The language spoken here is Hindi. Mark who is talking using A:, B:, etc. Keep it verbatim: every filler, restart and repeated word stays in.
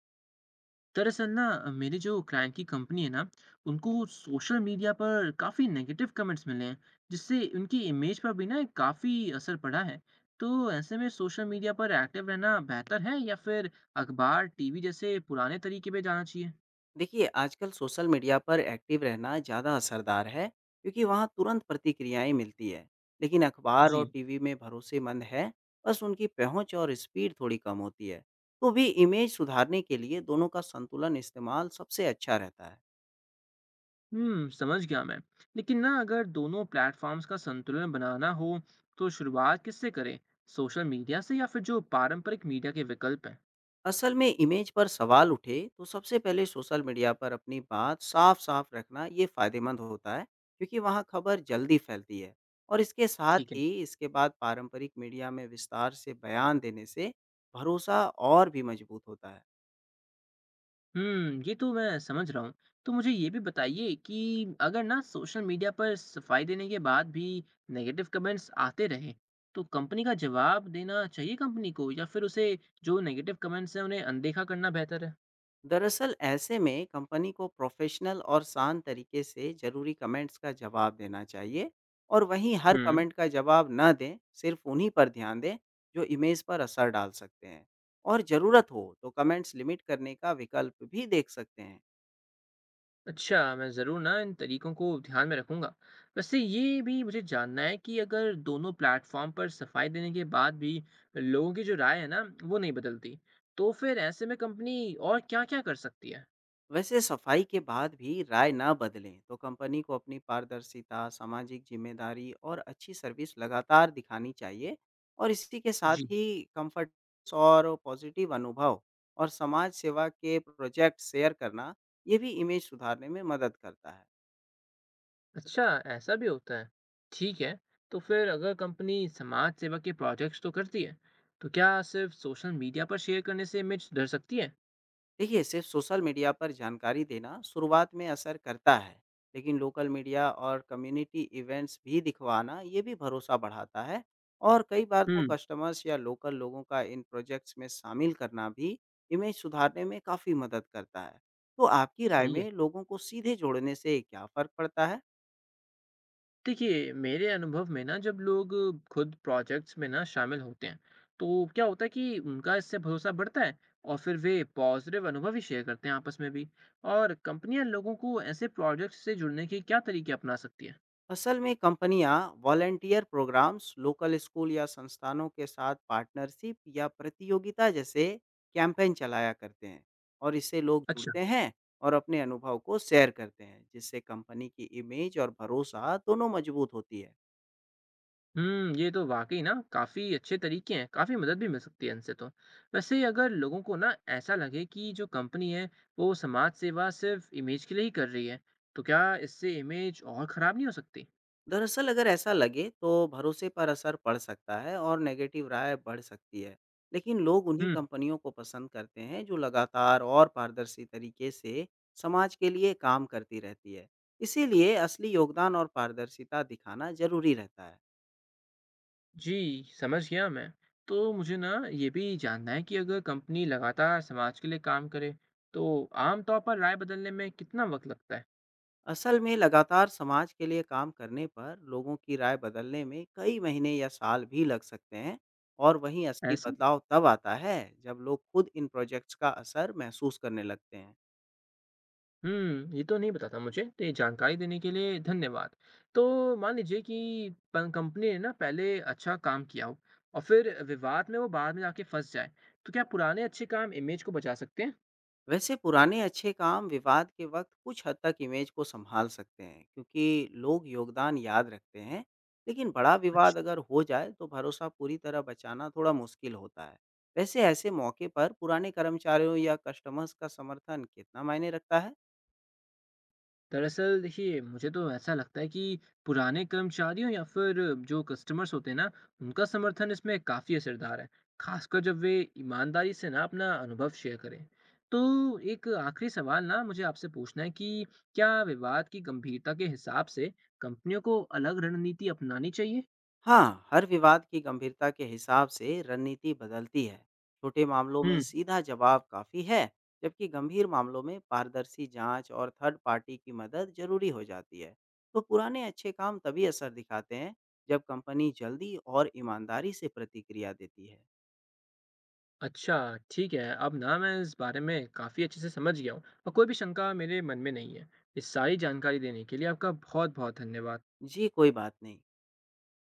A: दरअसल ना, मेरे जो क्लाइंट की कंपनी है ना, उनको सोशल मीडिया पर काफ़ी नेगेटिव कमेंट्स मिले हैं। जिससे उनकी इमेज पर भी ना काफ़ी असर पड़ा है। तो ऐसे में सोशल मीडिया पर एक्टिव रहना बेहतर है, या फिर अखबार टीवी जैसे पुराने तरीके पे जाना चाहिए?
B: देखिए, आजकल सोशल मीडिया पर एक्टिव रहना ज़्यादा असरदार है क्योंकि वहाँ तुरंत प्रतिक्रियाएं मिलती है। लेकिन अखबार
A: जी।
B: और टीवी में भरोसेमंद है। बस उनकी पहुँच और स्पीड थोड़ी कम होती है। तो भी इमेज सुधारने के लिए दोनों का संतुलन इस्तेमाल सबसे अच्छा रहता है।
A: हम्म, समझ गया मैं। लेकिन ना अगर दोनों प्लेटफॉर्म्स का संतुलन बनाना हो, तो शुरुआत किससे करें? सोशल मीडिया से, या फिर जो पारंपरिक मीडिया के विकल्प हैं?
B: असल में इमेज पर सवाल उठे तो सबसे पहले सोशल मीडिया पर अपनी बात साफ साफ रखना ये फायदेमंद होता है क्योंकि वहाँ खबर जल्दी फैलती है। और इसके साथ
A: ठीक है।
B: ही इसके बाद पारंपरिक मीडिया में विस्तार से बयान देने से भरोसा और भी मजबूत होता है।
A: हुँ, ये तो मैं समझ रहा हूँ। तो मुझे ये भी बताइए कि अगर ना सोशल मीडिया पर सफाई देने के बाद भी नेगेटिव कमेंट्स आते रहें, तो कंपनी का जवाब देना चाहिए कंपनी को, या फिर उसे जो नेगेटिव कमेंट्स हैं उन्हें अनदेखा करना बेहतर है?
B: दरअसल ऐसे में कंपनी को प्रोफेशनल और शांत तरीके से जरूरी कमेंट्स का जवाब देना चाहिए। और वहीं हर
A: हुँ।
B: कमेंट का जवाब न दें, सिर्फ उन्हीं पर ध्यान दें जो इमेज पर असर डाल सकते हैं। और ज़रूरत हो तो कमेंट्स लिमिट करने का विकल्प भी देख सकते हैं।
A: अच्छा, मैं ज़रूर ना इन तरीकों को ध्यान में रखूँगा। वैसे ये भी मुझे जानना है कि अगर दोनों प्लेटफ़ॉर्म पर सफाई देने के बाद भी लोगों की जो राय है ना, वो नहीं बदलती, तो फिर ऐसे में कंपनी और क्या-क्या कर सकती है?
B: वैसे सफाई के बाद भी राय ना बदलें तो कंपनी को अपनी पारदर्शिता, सामाजिक जिम्मेदारी और अच्छी सर्विस लगातार दिखानी चाहिए। और इसी के साथ
A: जी।
B: ही कंफर्ट और पॉजिटिव अनुभव और समाज सेवा के प्रोजेक्ट शेयर करना ये भी इमेज सुधारने में मदद करता है।
A: अच्छा, ऐसा भी होता है। ठीक है। तो फिर अगर कंपनी समाज सेवा के प्रोजेक्ट्स तो करती है, तो क्या सिर्फ सोशल मीडिया पर शेयर करने से इमेज सुधर सकती है?
B: देखिए, सिर्फ सोशल मीडिया पर जानकारी देना शुरुआत में असर करता है। लेकिन लोकल मीडिया और कम्युनिटी इवेंट्स भी दिखवाना ये भी भरोसा बढ़ाता है। और कई बार तो
A: हम्म।
B: कस्टमर्स या लोकल लोगों का इन प्रोजेक्ट्स में शामिल करना भी इमेज सुधारने में काफ़ी मदद करता है। तो आपकी राय
A: सही है।
B: में लोगों को सीधे जोड़ने से क्या फ़र्क पड़ता है?
A: देखिए मेरे अनुभव में ना, जब लोग खुद प्रोजेक्ट्स में ना शामिल होते हैं, तो क्या होता है कि उनका इससे भरोसा बढ़ता है और फिर वे पॉजिटिव अनुभव ही शेयर करते हैं आपस में भी। और कंपनियां लोगों को ऐसे प्रोजेक्ट्स से जुड़ने के क्या तरीके अपना सकती है?
B: असल में कंपनियां वॉलेंटियर प्रोग्राम्स, लोकल स्कूल या संस्थानों के साथ पार्टनरशिप या प्रतियोगिता जैसे कैंपेन चलाया करते हैं और इससे लोग
A: अच्छा।
B: जुड़ते हैं और अपने अनुभव को शेयर करते हैं, जिससे कंपनी की इमेज और भरोसा दोनों मजबूत होती है।
A: हुँ, ये तो वाक़ई ना काफ़ी अच्छे तरीके हैं, काफ़ी मदद भी मिल सकती है इनसे तो। वैसे अगर लोगों को ना ऐसा लगे कि जो कंपनी है, वो समाज सेवा सिर्फ़ इमेज के लिए ही कर रही है, तो क्या इससे इमेज और ख़राब नहीं हो सकती?
B: दरअसल अगर ऐसा लगे तो भरोसे पर असर पड़ सकता है और नेगेटिव राय बढ़ सकती है। लेकिन लोग उन्हीं
A: हुँ।
B: कंपनियों को पसंद करते हैं जो लगातार और पारदर्शी तरीके से समाज के लिए काम करती रहती है। इसीलिए असली योगदान और पारदर्शिता दिखाना जरूरी रहता है।
A: जी, समझ गया मैं। तो मुझे ना ये भी जानना है कि अगर कंपनी लगातार समाज के लिए काम करे, तो आम तौर पर राय बदलने में कितना वक़्त लगता है?
B: असल में लगातार समाज के लिए काम करने पर लोगों की राय बदलने में कई महीने या साल भी लग सकते हैं। और वहीं असली
A: ऐसा।
B: बदलाव तब आता है जब लोग खुद इन प्रोजेक्ट्स का असर महसूस करने लगते हैं।
A: हुँ, ये तो नहीं पता था मुझे, तो ये जानकारी देने के लिए धन्यवाद। तो मान लीजिए कि पं कंपनी ने ना पहले अच्छा काम किया हो और फिर विवाद में वो बाद में जाके फँस जाए, तो क्या पुराने अच्छे काम इमेज को बचा सकते हैं?
B: वैसे पुराने अच्छे काम विवाद के वक्त कुछ हद तक इमेज को संभाल सकते हैं क्योंकि लोग योगदान याद रखते हैं। लेकिन बड़ा विवाद अगर हो जाए तो भरोसा पूरी तरह बचाना थोड़ा मुश्किल होता है। वैसे ऐसे मौके पर पुराने कर्मचारियों या कस्टमर्स का समर्थन कितना मायने रखता है?
A: दरअसल देखिए, मुझे तो ऐसा लगता है कि पुराने कर्मचारियों या फिर जो कस्टमर्स होते हैं ना, उनका समर्थन इसमें काफ़ी असरदार है, खासकर जब वे ईमानदारी से ना अपना अनुभव शेयर करें। तो एक आखिरी सवाल ना मुझे आपसे पूछना है कि क्या विवाद की गंभीरता के हिसाब से कंपनियों को अलग रणनीति अपनानी चाहिए?
B: हाँ, हर विवाद की गंभीरता के हिसाब से रणनीति बदलती है। छोटे मामलों में
A: हम्म।
B: सीधा जवाब काफ़ी है, जबकि गंभीर मामलों में पारदर्शी जांच और थर्ड पार्टी की मदद ज़रूरी हो जाती है। तो पुराने अच्छे काम तभी असर दिखाते हैं, जब कंपनी जल्दी और ईमानदारी से प्रतिक्रिया देती है।
A: अच्छा, ठीक है। अब ना मैं इस बारे में काफ़ी अच्छे से समझ गया हूँ और कोई भी शंका मेरे मन में नहीं है। इस सारी जानकारी देने के लिए आपका बहुत बहुत धन्यवाद।
B: जी, कोई बात नहीं।